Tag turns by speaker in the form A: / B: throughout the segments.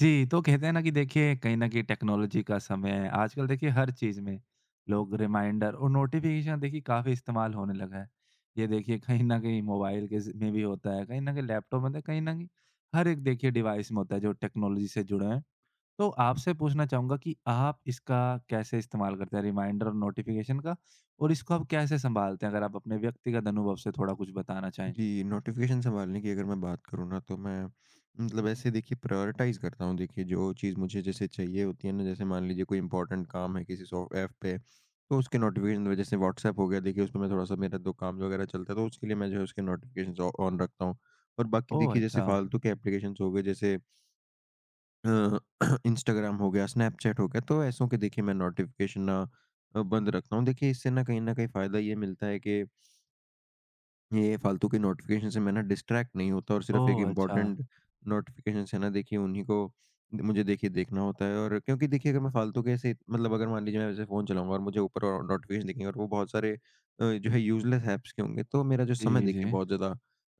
A: जी, तो कहते हैं ना कि देखिए कहीं न कहीं टेक्नोलॉजी का समय है। आजकल देखिए हर चीज़ में लोग रिमाइंडर और नोटिफ़िकेशन देखिए काफ़ी इस्तेमाल होने लगा है। ये देखिए कहीं न कहीं मोबाइल के ज़ में भी होता है, कहीं न कहीं लैपटॉप में होता है, कहीं न कहीं हर एक देखिए डिवाइस में होता है जो टेक्नोलॉजी से जुड़े हैं। तो आपसे पूछना चाहूँगा कि आप इसका कैसे इस्तेमाल करते हैं रिमाइंडर और नोटिफ़िकेशन का? और इसको आप कैसे सँभालते हैं? अगर आप अपने व्यक्तिगत अनुभव से थोड़ा कुछ बताना चाहें?
B: जी, नोटिफ़िकेशन सँभालने की अगर मैं बात करूँ ना, तो मैं मतलब ऐसे देखिए प्रायोरिटाइज़ करता हूँ। देखिए जो चीज़ मुझे जैसे चाहिए होती है ना, जैसे मान लीजिए कोई इम्पोर्टेंट काम है किसी सॉ ऐप पे, तो उसके नोटिफ़िकेशन वजह से, व्हाट्सऐप हो गया देखिए, उसमें मैं थोड़ा-सा मेरा दो काम वगैरह चलता है, तो उसके लिए मैं जो है उसके नोटिफ़िकेशंस ऑ ऑन रखता हूँ। और बाकी
A: ओह!
B: देखिए जैसे
A: अच्छा।
B: फ़ालतू के एप्लीकेशंस हो गए, जैसे अ, इंस्टाग्राम हो गया, स्नैपचैट हो गया, तो ऐसों के देखिए मैं नोटिफ़िकेशन ना बंद रखता हूँ। देखिए इससे ना कहीं न कहीं फ़ायदा ये मिलता है कि ये फालतू के नोटिफिकेशन से मैं ना डिस्ट्रैक्ट नहीं होता, और सिर्फ एक
A: ओह! अच्छा।
B: इम्पोर्टेंट नोटिफिकेशन है ना, देखिए उन्हीं को मुझे देखिए देखना होता है। और क्योंकि देखिए अगर मैं फालतू के ऐसे मतलब, अगर मान लीजिए मैं वैसे फ़ोन चलाऊँगा और मुझे ऊपर और नोटिफिकेशन दिखेंगे, और वो बहुत सारे जो है यूज़लेस ऐप्स के होंगे, तो मेरा जो समय
A: जी, जी।
B: देखिए बहुत ज़्यादा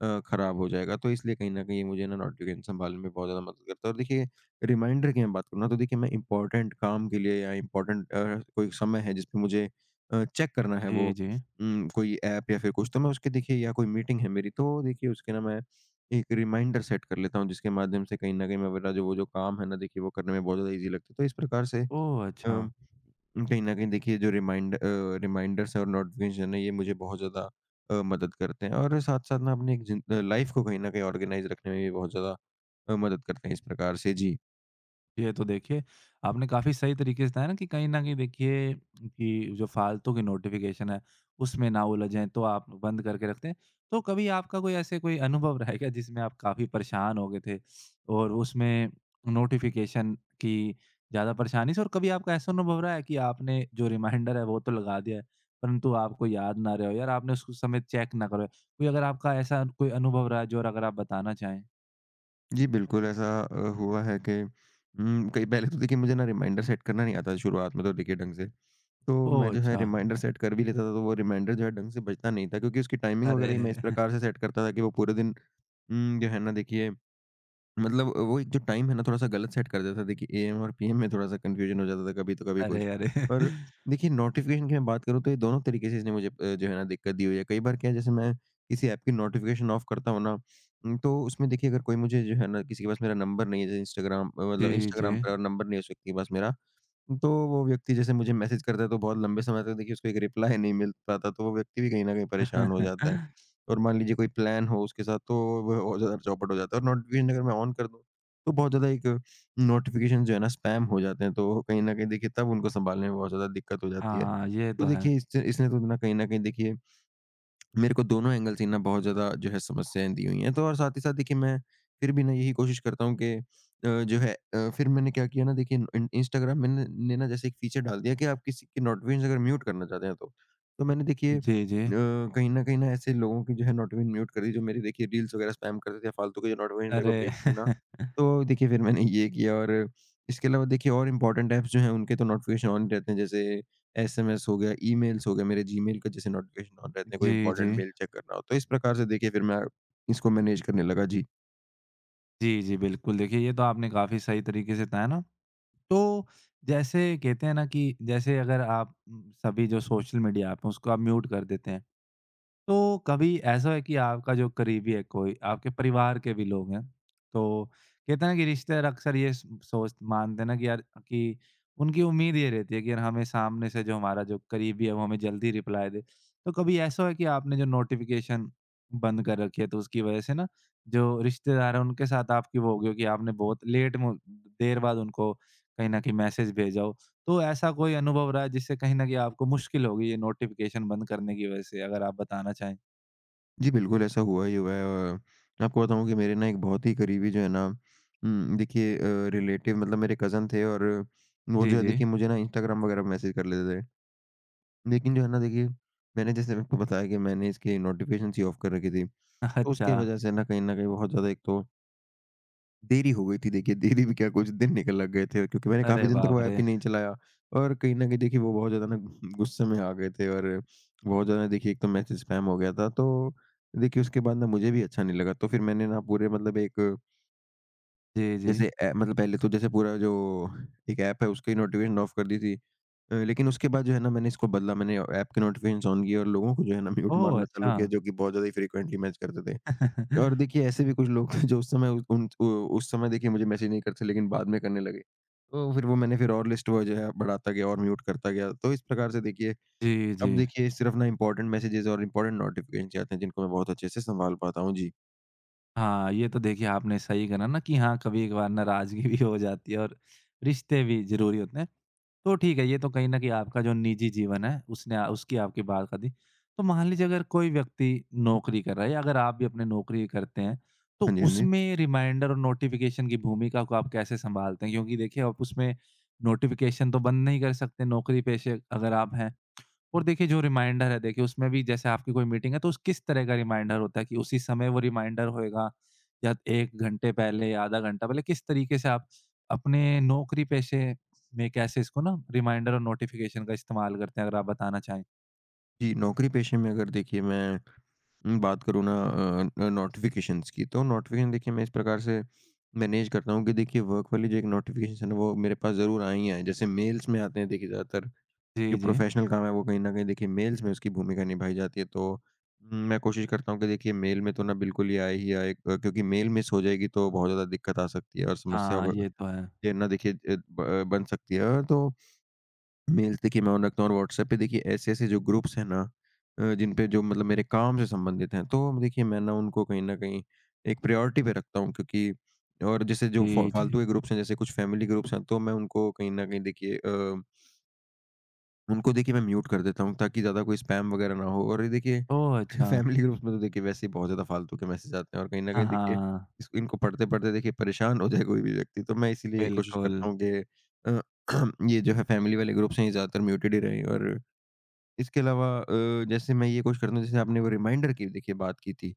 B: ख़राब हो जाएगा। तो इसलिए कहीं न कहीं ये मुझे ना नोटिफिकेशन सँभालने में बहुत ज़्यादा मदद करता है। और देखिए रिमाइंडर की मैं बात करूँ ना, तो देखिए मैं इम्पोर्टेंट काम के लिए या इम्पोर्टेंट कोई समय है जिसपे मुझे चेक करना है,
A: जी,
B: वो
A: जी।
B: कोई ऐप या फिर कुछ, तो मैं उसके देखिए, या कोई मीटिंग है मेरी, तो देखिए उसके ना मैं एक रिमाइंडर सेट कर लेता हूँ, जिसके माध्यम से कहीं न कहीं मैं मेरा जो वो जो काम है ना देखिए वो करने में बहुत ज़्यादा ईज़ी लगता है। तो इस प्रकार से
A: ओह! अच्छा।
B: अम, कहीं न कहीं देखिए जो रिमाइंडर्स है और नोटिफ़िकेशन है, ये मुझे बहुत ज़्यादा मदद करते हैं, और साथ-साथ ना अपनी एक लाइफ़ को कहीं न कहीं ऑर्गेनाइज़ रखने में भी बहुत ज़्यादा मदद करते हैं इस प्रकार से। जी।
A: ये तो देखिए, आपने काफ़ी सही तरीके से बताया ना कि कहीं न कहीं देखिए कि जो फ़ालतू की नोटिफ़िकेशन है, उसमें ना उलझें तो आप बंद करके रखते हैं। तो कभी आपका कोई ऐसे कोई अनुभव रहा है क्या जिसमें आप काफ़ी परेशान हो गए थे और उसमें नोटिफ़िकेशन की ज़्यादा परेशानी से और कभी आपका ऐसा अनुभव रहा है कि आपने जो रिमाइंडर है वो तो लगा दिया है, परंतु आपको याद ना रहे हो यार आपने उसको समय चेक ना करो। है? कोई अगर आपका ऐसा कोई अनुभव रहा है जो अगर आप बताना चाहें?
B: जी, बिल्कुल ऐसा हुआ है कि कई पहले तो देखिए मुझे ना रिमाइंडर सेट करना नहीं आता था शुरुआत में, तो देखिए ढंग से। तो मैं
A: ओह!
B: जो है
A: अच्छा।
B: रिमाइंडर सेट कर भी लेता था, तो वो रिमाइंडर जो है ढंग से बजता नहीं था, क्योंकि उसकी टाइमिंग
A: अरे!
B: वगैरह ही मैं इस प्रकार से सेट करता था कि वो पूरे दिन जो है ना देखिए मतलब वो एक जो टाइम है ना थोड़ा-सा गलत सेट कर देता था कि एएम और पीएम में थोड़ा-सा कन्फ्यूजन हो जाता था, कभी तो कभी
A: अरे,
B: कुछ।
A: अरे!
B: और देखिए नोटिफ़िकेशन की मैं बात करूँ, तो ये दोनों तरीके से इसने मुझे जो है ना दिक्कत दी हुई है। कई बार क्या है, जैसे मैं किसी ऐप की नोटिफ़िकेशन ऑफ करता हूँ ना, तो उसमें देखिए अगर कोई मुझे जो है ना, किसी के पास मेरा नंबर नहीं है, जैसे इंस्टाग्राम मतलब
A: जी, जी।
B: इंस्टाग्राम पर नंबर नहीं है उस व्यक्ति के पास मेरा, तो वो व्यक्ति जैसे मुझे मैसेज करता है, तो बहुत लंबे समय तक देखिए उसको एक रिप्लाई नहीं मिल पाता, तो वो व्यक्ति भी कहीं न कहीं परेशान हो जाता है। और मान लीजिए कोई प्लान हो उसके साथ, तो वो और ज़्यादा चौपट हो जाता है। और नोटिफ़िकेशन अगर मैं ऑन कर दूँ, तो बहुत ज़्यादा एक नोटिफ़िकेशन जो है ना स्पैम हो जाते हैं, तो कहीं न कहीं देखिए तब उनको सँभालने में बहुत ज़्यादा दिक्कत हो जाती है।
A: हाँ, ये
B: तो
A: तो है।
B: देखिए इससे इसने तो ना कहीं न कहीं देखिए मेरे को दोनों एंगल से ना बहुत ज़्यादा जो है समस्याएँ दी हुई हैं। तो और साथ ही साथ देखिए मैं फिर भी ना यही कोशिश करता हूँ कि जो है फिर मैंने क्या किया ना देखिए, इन इंस्टाग्राम में न ने ना जैसे एक फीचर डाल दिया कि आप किसी की नोटिफिकेशन अगर म्यूट करना चाहते हैं तो। तो मैंने देखिए
A: जी, जी।
B: कहीं न कहीं ना ऐसे लोगों की जो है नोटिफिकेशन म्यूट कर दी, जो मेरी देखिए रील्स वगैरह स्पैम करते थे, या फालतू के जो नोटिफिकेशन मेरे को
A: अरे!
B: भेजते थे ना, तो देखिए फिर मैंने ये किया। और इसके अलावा देखिए और इम्पोर्टेंट ऐप्स जो हैं उनके तो नोटिफिकेशन ऑन रहते हैं, जैसे एसएमएस हो गया, ईमेल्स हो गए, मेरे जीमेल का जैसे नोटिफ़िकेशन ऑन रहते हैं, कोई
A: जी, जी।
B: इम्पोर्टेंट मेल चेक करना हो, तो इस प्रकार से देखिए फिर मैं इसको मैनेज करने लगा। जी।
A: जी, जी, बिल्कुल। देखिए, ये तो आपने काफ़ी सही तरीके से बताया ना। तो जैसे कहते हैं ना कि जैसे अगर आप सभी जो सोशल मीडिया ऐप हैं, उसको आप म्यूट कर देते हैं। तो कभी ऐसा है कि आपका जो करीबी है कोई, आपके परिवार के भी लोग हैं, तो कहते हैं ना कि रिश्तेदार अक्सर ये स सोच मानते हैं ना कि यार कि उनकी उम्मीद ये रहती है कि यार हमें सामने से जो हमारा जो करीबी है, वो हमें जल्दी रिप्लाई दे। तो कभी ऐसा हुआ है कि आपने जो नोटिफ़िकेशन बंद कर रखी है, तो उसकी वजह से ना जो रिश्तेदार हैं, उनके साथ आपकी वो हो गई हो कि आपने बहुत लेट में देर बाद उनको कहीं न कहीं मैसेज भेजा हो? तो ऐसा कोई अनुभव रहा है जिससे कहीं न कहीं आपको मुश्किल हो गई है नोटिफ़िकेशन बंद करने की वजह से? अगर आप बताना चाहें?
B: जी, बिल्कुल ऐसा हुआ ही हुआ है, और मैं आपको बताऊँ कि मेरे ना एक बहुत ही करीबी जो है ना, देखिए रिलेटिव मतलब मेरे कज़न थे, और वो
A: जी,
B: जो है
A: जी।
B: देखिए मुझे ना इंस्टाग्राम वगैरह पे मैसेज कर लेते थे। लेकिन जो है ना देखिए मैंने जैसे आपको बताया कि मैंने इसके नोटिफ़िकेशंस ही ऑफ कर रखी थी, तो उसकी
A: अच्छा।
B: वज़ह से ना कहीं न कहीं बहुत ज़्यादा, एक तो देरी हो गई थी देखिए, देरी भी क्या, कुछ दिन निकल लग गए थे, क्योंकि मैंने
A: अरे
B: काफ़ी दिन तक
A: बाप
B: वो ऐप
A: रे!
B: ही नहीं चलाया, और कहीं न कहीं देखिए वो बहुत ज़्यादा ना गुस्से में आ गए थे, और बहुत ज़्यादा देखिए एक तो मैसेज स्पैम हो गया था। तो देखिए उसके बाद ना मुझे भी अच्छा नहीं लगा, तो फिर मैंने ना पूरे मतलब एक,
A: जी, जी।
B: जैसे ए मतलब पहले तो जैसे पूरा जो एक ऐप है उसकी नोटिफ़िकेशन ऑफ कर दी थी। लेकिन उसके बाद जो है ना मैंने इसको बदला, मैंने ऐप के नोटिफ़िकेशंस ऑन किए, और लोगों को जो है ना म्यूट
A: ओह!
B: मारना चालू
A: अच्छा।
B: किया, जो कि बहुत ज़्यादा ही फ्रीक्वेंटली मैसेज करते थे। और देखिए ऐसे भी कुछ लोग थे जो उस समय उ उन उ उस समय देखिए मुझे मैसेज नहीं करते, लेकिन बाद में करने लगे। तो फिर वो मैंने फिर और लिस्ट वो जो है बढ़ाता गया और म्यूट करता गया। तो इस प्रकार से देखिए
A: जी, जी।
B: अब देखिए सिर्फ़ ना इम्पोर्टेंट मैसेजेज़ और इम्पोर्टेंट नोटिफ़िकेशंस आते हैं, जिनको मैं बहुत अच्छे से सँभाल पाता हूँ। जी।
A: हाँ, ये तो देखिए आपने सही कहा ना कि हाँ, कभी-कभार नाराज़गी भी हो जाती है और रिश्ते भी ज़रूरी होते हैं। तो ठीक है, ये तो कहीं न कहीं आपका जो निजी जीवन है, उसने आ उसकी आपकी बात कर दी। तो मान लीजिए अगर कोई व्यक्ति नौकरी कर रहा है या अगर आप भी अपने नौकरी करते हैं,
B: हाँ
A: तो
B: जी, हाँ जी।
A: उसमें रिमाइंडर और नोटिफ़िकेशन की भूमिका को आप कैसे सँभालते हैं? क्योंकि देखिए आप उसमें नोटिफ़िकेशन तो बंद नहीं कर सकते नौकरी पेशे अगर आप हैं। और देखिए जो रिमाइंडर है देखिए उसमें भी जैसे आपकी कोई मीटिंग है तो उस किस तरह का रिमाइंडर होता है कि उसी समय वो रिमाइंडर होएगा या 1 घंटे पहले या आधा घंटा पहले किस तरीके से आप अपने नौकरी पेशे में कैसे इसको ना रिमाइंडर और नोटिफ़िकेशन का इस्तेमाल करते हैं अगर आप बताना चाहें?
B: जी, नौकरी पेशे में अगर देखिए मैं बात करूँ ना, नोटिफ़िकेशंस की, तो नोटिफ़िकेशन देखिए मैं इस प्रकार से मैनेज करता हूँ कि देखिए वर्क वाली जो एक नोटिफ़िकेशंस है ना, वो मेरे पास ज़रूर आएँ ही आएँ। जैसे मेल्स में आते हैं देखिए ज़्यादातर
A: जी,
B: जो
A: जी।
B: प्रोफेशनल काम है, वो कहीं न कहीं देखिए मेल्स में उसकी भूमिका निभाई जाती है, तो मैं कोशिश करता हूँ कि देखिए मेल में तो ना बिल्कुल ही आए ही आए, क्योंकि मेल मिस हो जाएगी तो बहुत ज़्यादा दिक्कत आ सकती है, और समस्याओं
A: हाँ,
B: का
A: ये तो है।
B: ये ना देखिए बन सकती है। तो मेल्स देखिए मैं ऑन रखता हूँ, और व्हाट्सएप पे देखिए ऐसे-ऐसे जो ग्रुप्स हैं ना, जिन पे जो मतलब मेरे काम से संबंधित हैं, तो देखिए मैं ना उनको कहीं न कहीं एक प्रायोरिटी पे रखता हूँ, क्योंकि और जैसे जो
A: जी, जी।
B: फ़ालतू के ग्रुप्स हैं, जैसे कुछ फैमिली ग्रुप्स हैं, तो मैं उनको कहीं न कहीं देखिए उनको देखिए मैं म्यूट कर देता हूँ, ताकि ज़्यादा कोई स्पैम वगैरह ना हो, और ये देखिए
A: ओह! अच्छा।
B: फैमिली ग्रुप्स में तो देखिए वैसे ही बहुत ज़्यादा फालतू के मैसेज आते हैं, और कहीं न
A: हाँ,
B: कहीं देखिए
A: हाँ।
B: इस इनको पढ़ते-पढ़ते देखिए परेशान हो जाए कोई भी व्यक्ति, तो मैं इसीलिए ये कोशिश
A: बिल्कुल।
B: करता हूँ कि अ, ये जो है फैमिली वाले ग्रुप्स हैं, ये ज़्यादातर म्यूटेड ही रहें। और इसके अलावा जैसे मैं ये कोशिश करता हूँ, जैसे आपने वो रिमाइंडर की देखिए बात की थी,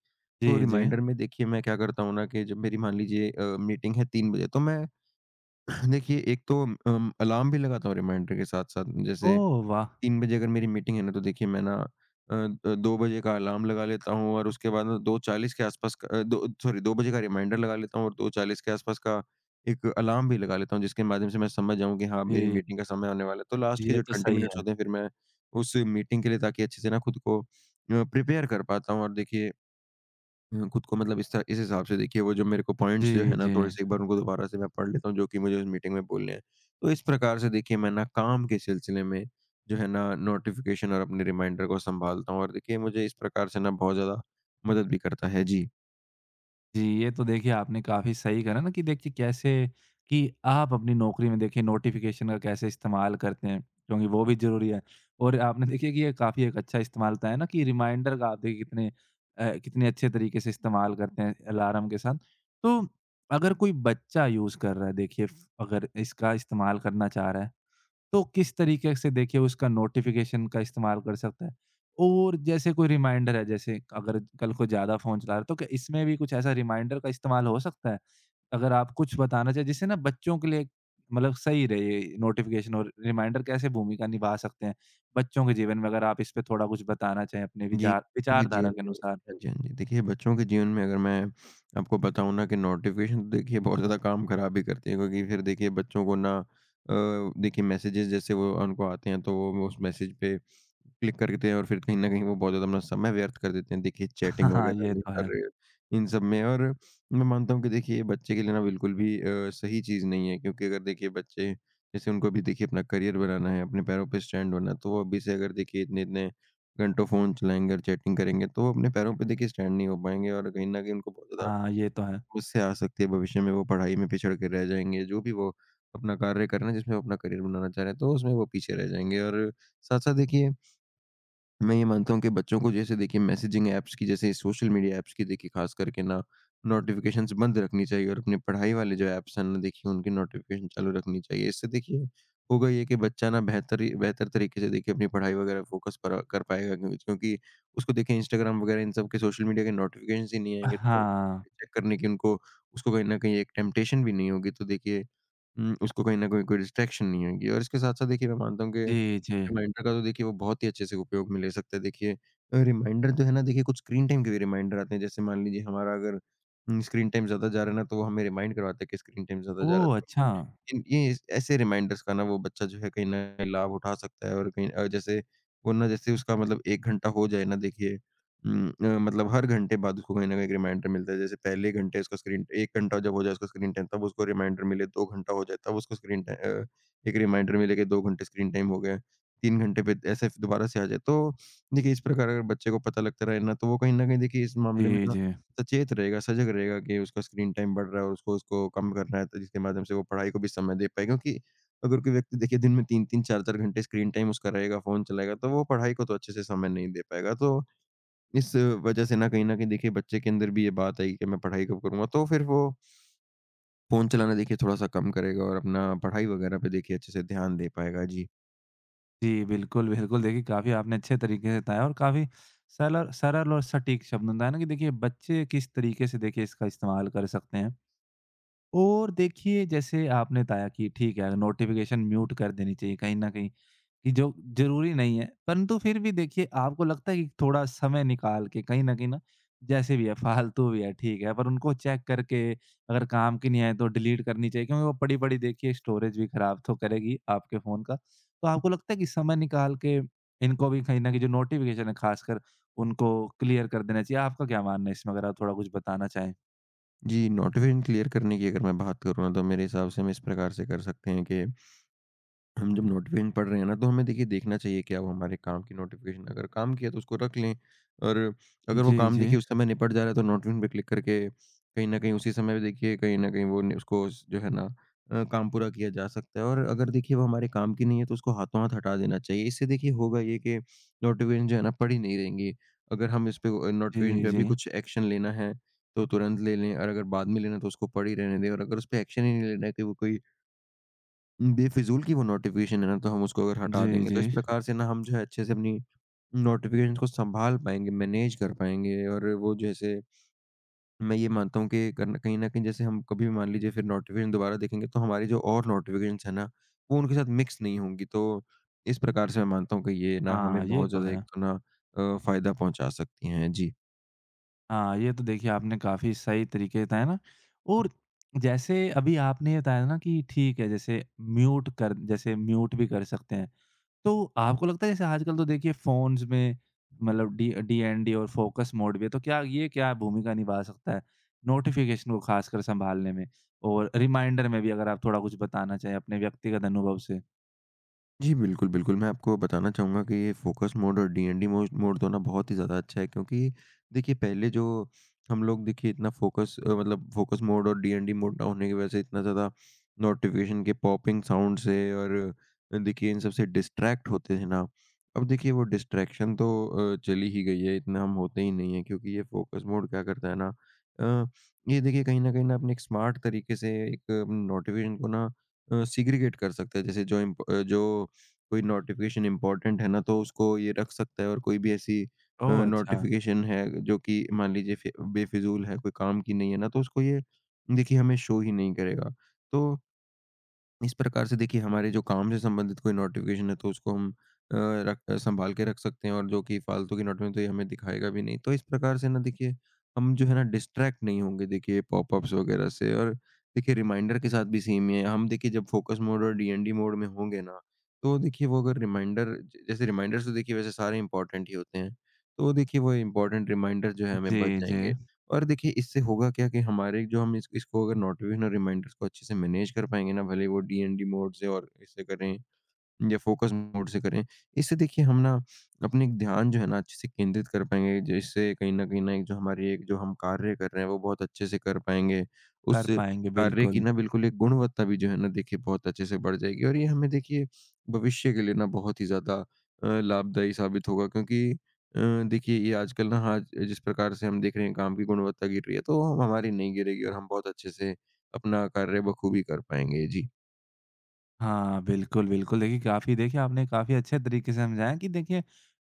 B: तो
A: जी, जी।
B: रिमाइंडर में देखिए मैं क्या करता हूँ ना कि जब मेरी मान लीजिए मीटिंग है 3 बजे, तो मैं देखिए एक तो अलार्म भी लगाता हूँ रिमाइंडर के साथ-साथ, जैसे
A: ओह, वाह!
B: 3 बजे अगर मेरी मीटिंग है ना, तो देखिए मैं ना 2 बजे का अलार्म लगा लेता हूँ, और उसके बाद ना 2:40 के आसपास का अ, दो सॉरी 2 बजे का रिमाइंडर लगा लेता हूँ, और 2:40 के आसपास का एक अलार्म भी लगा लेता हूँ, जिसके माध्यम से मैं समझ जाऊँ कि हाँ, मेरी
A: जी,
B: मीटिंग का समय आने वाला है। तो लास्ट के
A: ये
B: जो
A: तो
B: 20
A: सही
B: मिनट्स
A: है।
B: होते हैं, फिर मैं उस मीटिंग के लिए, ताकि अच्छे से ना खुद को प्रिपेयर कर पाता हूँ, और देखिए खुद को मतलब इस हिसाब से देखिए वो जो मेरे को पॉइंट्स जो
A: जी,
B: है ना
A: जी।
B: थोड़े-से, एक बार उनको दोबारा से मैं पढ़ लेता हूँ, जो कि मुझे उस मीटिंग में बोलने हैं। तो इस प्रकार से देखिए मैं ना काम के सिलसिले में जो है ना नोटिफ़िकेशन और अपने रिमाइंडर को सँभालता हूँ, और देखिए मुझे इस प्रकार से ना बहुत ज़्यादा मदद भी करता है। जी।
A: जी, ये तो देखिए आपने काफ़ी सही करा ना कि देखिए कैसे कि आप अपनी नौकरी में देखिए नोटिफ़िकेशन का कैसे इस्तेमाल करते हैं, क्योंकि वो भी ज़रूरी है। और आपने देखिए कि ये काफ़ी एक अच्छा इस्तेमाल बताया ना कि रिमाइंडर का आप देखिए कितने कितने अच्छे तरीके से इस्तेमाल करते हैं अलार्म के साथ। तो अगर कोई बच्चा यूज़ कर रहा है देखिए फ़ अगर इसका इस्तेमाल करना चाह रहा है तो किस तरीके से देखिए उसका नोटिफ़िकेशन का इस्तेमाल कर सकता है? और जैसे कोई रिमाइंडर है, जैसे अगर कल को ज़्यादा फ़ोन चला रहा है, तो क्या इसमें भी कुछ ऐसा रिमाइंडर का इस्तेमाल हो सकता है? अगर आप कुछ बताना चाहें, जिससे ना बच्चों के लिए मतलब सही रहे ये नोटिफ़िकेशन और रिमाइंडर कैसे भूमिका निभा सकते हैं बच्चों के जीवन में? अगर आप इस पे थोड़ा कुछ बताना चाहें अपने
B: जी,
A: विचार
B: उनके
A: विचारधारा
B: जीवन
A: के
B: में
A: अनुसार।
B: हाँ जी, हाँ जी। देखिए बच्चों के जीवन में अगर मैं आपको बताऊँ ना कि नोटिफ़िकेशन तो देखिए बहुत ज़्यादा काम ख़राब ही करती है, क्योंकि फिर देखिए बच्चों को ना देखिए मैसेजेस जैसे वो उनको आते हैं, तो वो उस मैसेज पे क्लिक करते हैं, और फिर कहीं न कहीं वो बहुत ज़्यादा अपना समय व्यर्थ कर देते हैं देखिए
A: हाँ,
B: चैटिंग
A: हाँ,
B: वग़ैरह
A: ये
B: में
A: तो है।
B: और इन सब में। और मैं मानता हूँ कि देखिए ये बच्चे के लिए ना बिल्कुल भी सही चीज़ नहीं है, क्योंकि अगर देखिए बच्चे जैसे उनको अभी देखिए अपना करियर बनाना है, अपने पैरों पे स्टैंड होना है, तो वो अभी से अगर देखिए इतने-इतने घंटों फ़ोन चलाएँगे और चैटिंग करेंगे, तो वो अपने पैरों पे देखिए स्टैंड नहीं हो पाएँगे और कहीं न कहीं उनको बहुत ज़्यादा
A: हाँ, ये तो है।
B: मुश्किल आ सकती है भविष्य में। वो पढ़ाई में पिछड़ के रह जाएँगे, जो भी वो अपना कार्य कर रहे हैं, जिसमें वो अपना करियर बनाना चाह रहे हैं, तो उसमें वो पीछे रह जाएँगे। और साथ-साथ देखिए मैं ये मानता हूँ कि बच्चों को जैसे देखिए मैसेजिंग ऐप्स की, जैसे सोशल मीडिया ऐप्स की, देखिए खास करके ना नोटिफिकेशंस बंद रखनी चाहिए और अपने पढ़ाई वाले जो ऐप्स हैं ना, देखिए उनकी नोटिफिकेशन चालू रखनी चाहिए। इससे देखिए होगा ये कि बच्चा ना बेहतर बेहतर तरीके से देखिए अपनी पढ़ाई वगैरह फोकस पर कर पाएगा, क्योंकि क्योंकि उसको देखिए इंस्टाग्राम वगैरह इन सब के सोशल मीडिया के नोटिफिकेशन ही नहीं आएंगे, तो
A: हाँ।
B: चेक करने की उनको उसको कहीं ना कहीं एक टेम्पटेशन भी नहीं होगी। तो देखिए उसको कहीं ना कहीं कोई डिस्ट्रैक्शन नहीं होगी और इसके साथ साथ देखिए मैं मानता हूँ कि
A: जी, जी।
B: रिमाइंडर का तो देखिए वो बहुत ही अच्छे से उपयोग में ले सकते हैं। देखिए रिमाइंडर जो है ना, देखिए कुछ स्क्रीन टाइम के भी रिमाइंडर आते हैं। जैसे मान लीजिए हमारा अगर स्क्रीन टाइम ज़्यादा जा रहा है ना, तो वो हमें रिमाइंड करवाता है कि स्क्रीन टाइम ज़्यादा जा रहा
A: ओह! अच्छा।
B: है। तो ऐसे रिमाइंडर्स का ना वो बच्चा जो है कहीं न कहीं लाभ उठा सकता है। और कहीं जैसे वो ना, जैसे उसका मतलब 1 घंटा हो जाए ना, देखिए मतलब हर घंटे बाद उसको कहीं न कहीं एक रिमाइंडर मिलता है। जैसे पहले घंटे उसका स्क्रीन 1 घंटा जब हो जाए उसका स्क्रीन टाइम, तब उसको रिमाइंडर मिले, 2 घंटा हो जाए तब उसको एक रिमाइंडर मिले कि 2 घंटे स्क्रीन टाइम हो गया। 3 घंटे पे ऐसे दोबारा से आ जाए। तो देखिए इस प्रकार अगर बच्चे को पता लगता रहे ना, तो वो कहीं न कहीं देखिए इस मामले में
A: जी,
B: ना
A: जी।
B: सचेत रहेगा, सजग रहेगा कि उसका स्क्रीन टाइम बढ़ रहा है और उसको उसको कम करना है, तो जिसके माध्यम से वो पढ़ाई को भी समय दे पाएगा। क्योंकि अगर कोई व्यक्ति देखिए दिन में 3-3 4-4 घंटे स्क्रीन टाइम उसका रहेगा, फ़ोन चलाएगा, तो वो पढ़ाई को तो अच्छे से समय नहीं दे पाएगा। तो इस वजह से ना कहीं न कहीं देखिए बच्चे के अंदर भी ये बात आएगी कि मैं पढ़ाई कब करूँगा? तो फिर वो फ़ोन चलाना देखिए थोड़ा-सा कम करेगा और अपना पढ़ाई वगैरह पे देखिए अच्छे से ध्यान दे पाएगा। जी।
A: जी, बिल्कुल, बिल्कुल। देखिए, काफ़ी आपने अच्छे तरीके से बताया और काफ़ी सरल और सटीक शब्दों में बताया ना कि देखिए, बच्चे किस तरीके से देखिए इसका इस्तेमाल कर सकते हैं। और देखिए, जैसे आपने बताया कि ठीक है, नोटिफ़िकेशन म्यूट कर देनी चाहिए कहीं न कहीं। कि जो ज़रूरी नहीं है, परंतु फिर भी देखिए आपको लगता है कि थोड़ा समय निकाल के कहीं न कहीं ना जैसे भी है फालतू भी है, ठीक है, पर उनको चेक करके अगर काम की नहीं आए तो डिलीट करनी चाहिए क्योंकि वो पड़ी-पड़ी देखिए स्टोरेज भी खराब तो करेगी आपके फ़ोन का। तो आपको लगता है कि समय निकाल के इनको भी कहीं न कहीं जो नोटिफ़िकेशन है ख़ासकर उनको क्लियर कर देना चाहिए। आपका क्या मानना है इसमें अगर आप थोड़ा कुछ बताना चाहें?
B: जी, नोटिफ़िकेशन क्लियर करने की अगर मैं बात करूँ ना, तो मेरे हिसाब से हम इस प्रकार से कर सकते हैं कि हम जब नोटिफ़िकेशन पढ़ रहे हैं ना, तो हमें देखिए देखना चाहिए क्या वो हमारे काम की नोटिफ़िकेशन। अगर काम की है, तो उसको रख लें, और अगर वो
A: जी,
B: काम
A: जी।
B: देखिए उस समय निपट जा रहा है, तो नोटिफ़िकेशन पे क्लिक करके कहीं न कहीं उसी समय पे, देखिए कहीं न कहीं वो न उसको उस- जो है ना, काम पूरा किया जा सकता है। और अगर देखिए वो हमारे काम की नहीं है, तो उसको हाथों-हाथ हटा देना चाहिए। इससे देखिए होगा ये कि नोटिफ़िकेशन जो है ना, पड़ी नहीं रहेंगी। अगर हम
A: जी,
B: नोटिफ़िकेशन पे
A: जी।
B: अभी कुछ एक्शन लेना है, तो तुरंत ले लें, और अगर बाद में लेना है तो उसको पड़ी रहने दें, और अगर उस पे एक्शन ही नहीं लेना है कि वो कोई बेफ़िज़ूल की वो नोटिफ़िकेशन है ना, तो हम उसको अगर
A: जी,
B: हटा देंगे, तो
A: जी।
B: इस प्रकार से ना हम जो है अच्छे से अपनी नोटिफ़िकेशंस को सँभाल पाएँगे, मैनेज कर पाएँगे। और वो जैसे मैं ये मानता हूँ कि कन कहीं न कहीं जैसे हम कभी भी मान लीजिए फिर नोटिफ़िकेशन दोबारा देखेंगे, तो हमारी जो और नोटिफ़िकेशंस हैं ना, वो उनके साथ मिक्स नहीं होंगी। तो इस प्रकार से मैं मानता हूँ कि ये ना
A: हाँ,
B: हमें
A: ये
B: बहुत
A: तो
B: ज़्यादा एक
A: है।
B: तो ना फ़ायदा पहुँचा सकती हैं। जी।
A: हाँ, ये तो देखिए आपने काफ़ी सही तरीके बताए ना और जैसे अभी आपने ये बताया ना कि ठीक है, जैसे म्यूट कर जैसे म्यूट भी कर सकते हैं। तो आपको लगता है जैसे आजकल तो देखिए फ़ोन्स में मतलब डी डीएनडी और फ़ोकस मोड भी है, तो क्या ये क्या भूमिका निभा सकता है, नोटिफ़िकेशन को ख़ासकर सँभालने में? और रिमाइंडर में भी अगर आप थोड़ा कुछ बताना चाहें अपने व्यक्तिगत अनुभव से?
B: जी, बिल्कुल, बिल्कुल। मैं आपको बताना चाहूँगा कि ये फ़ोकस मोड और डीएनडी मोड मोड तो ना बहुत ही ज़्यादा अच्छा है, क्योंकि देखिए पहले जो हम लोग देखिए मतलब फ़ोकस मोड और डीएनडी मोड ना होने की वज़ह से इतना ज़्यादा नोटिफ़िकेशन के पॉपिंग साउंड से और देखिए इन सब से डिस्ट्रैक्ट होते थे ना। अब देखिए वो डिस्ट्रैक्शन तो चली ही गई है, इतना हम होते ही नहीं हैं, क्योंकि ये फ़ोकस मोड क्या करता है ना, अ, ये देखिए कहीं न कहीं ना अपने एक स्मार्ट तरीके से एक नोटिफ़िकेशन को ना सेग्रीगेट कर सकता है। जैसे जो कोई नोटिफ़िकेशन इम्पोर्टेंट है ना, तो उसको ये रख सकता है, और कोई भी ऐसी
A: ओह! अच्छा।
B: नोटिफ़िकेशन है जो कि मान लीजिए फि बेफ़िज़ूल है, कोई काम की नहीं है ना, तो उसको ये देखिए हमें शो ही नहीं करेगा। तो इस प्रकार से देखिए हमारे जो काम से संबंधित कोई नोटिफिकेशन है, तो उसको हम अ, रख संभाल के रख सकते हैं, और जो कि फालतू की नोटिफिकेशन, तो ये हमें दिखाएगा भी नहीं। तो इस प्रकार से ना देखिए हम जो है ना, डिस्ट्रैक्ट नहीं होंगे देखिए पॉपअप्स वगैरह से। और देखिए रिमाइंडर के साथ भी सेम ही है। हम देखिए जब फोकस मोड और डीएनडी मोड में होंगे ना, तो देखिए वो अगर रिमाइंडर ज जैसे रिमाइंडर्स, तो देखिए वैसे सारे इम्पोर्टेंट ही होते हैं। तो देखिए वो इम्पोर्टेंट रिमाइंडर जो है, हमें बच
A: जी, जी।
B: जाएँगे। और देखिए इससे होगा क्या कि हमारे जो हम इस इसको अगर नोटिफिकेशन और रिमाइंडर्स को अच्छे से मैनेज कर पाएँगे ना, भले वो डीएनडी मोड से और इससे करें या फ़ोकस मोड से करें। इससे देखिए हम ना अपने एक ध्यान जो है ना, अच्छे से केंद्रित कर पाएँगे, जिससे कहीं न कहीं ना एक जो हम कार्य कर रहे हैं, वो बहुत अच्छे से कर पाएँगे। उस
A: कर पाएँगे,
B: कार्य की
A: बिल्कुल।
B: ना बिल्कुल एक गुणवत्ता भी जो है ना, देखिए बहुत अच्छे से बढ़ जाएगी। और ये हमें देखिए भविष्य के लिए ना बहुत ही ज़्यादा लाभदायी साबित होगा, क्योंकि देखिए ये आजकल ना, हाँ, जिस प्रकार से हम देख रहे हैं काम की गुणवत्ता गिर रही है, तो हम हमारी नहीं गिरेगी और हम बहुत अच्छे से अपना कार्य बखूबी कर पाएँगे। जी।
A: हाँ, बिल्कुल, बिल्कुल। देखिए, काफ़ी देखिए आपने काफ़ी अच्छे तरीके से समझाया कि देखिए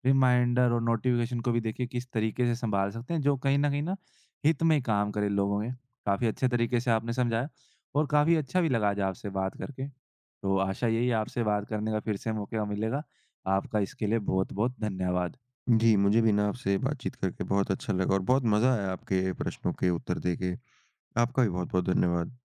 A: रिमाइंडर और नोटिफ़िकेशन को भी देखिए किस तरीके से सँभाल सकते हैं जो कहीं न कहीं ना हित में काम करे लोगों के। काफ़ी अच्छे तरीके से आपने समझाया और काफ़ी अच्छा भी लगा आज आपसे बात करके। तो आशा यही है आपसे बात करने का फिर से मौका मिलेगा। आपका इसके लिए बहुत-बहुत धन्यवाद।
B: जी, मुझे भी ना आपसे बातचीत करके बहुत अच्छा लगा और बहुत मज़ा आया आपके प्रश्नों के उत्तर देके। आपका भी बहुत-बहुत धन्यवाद।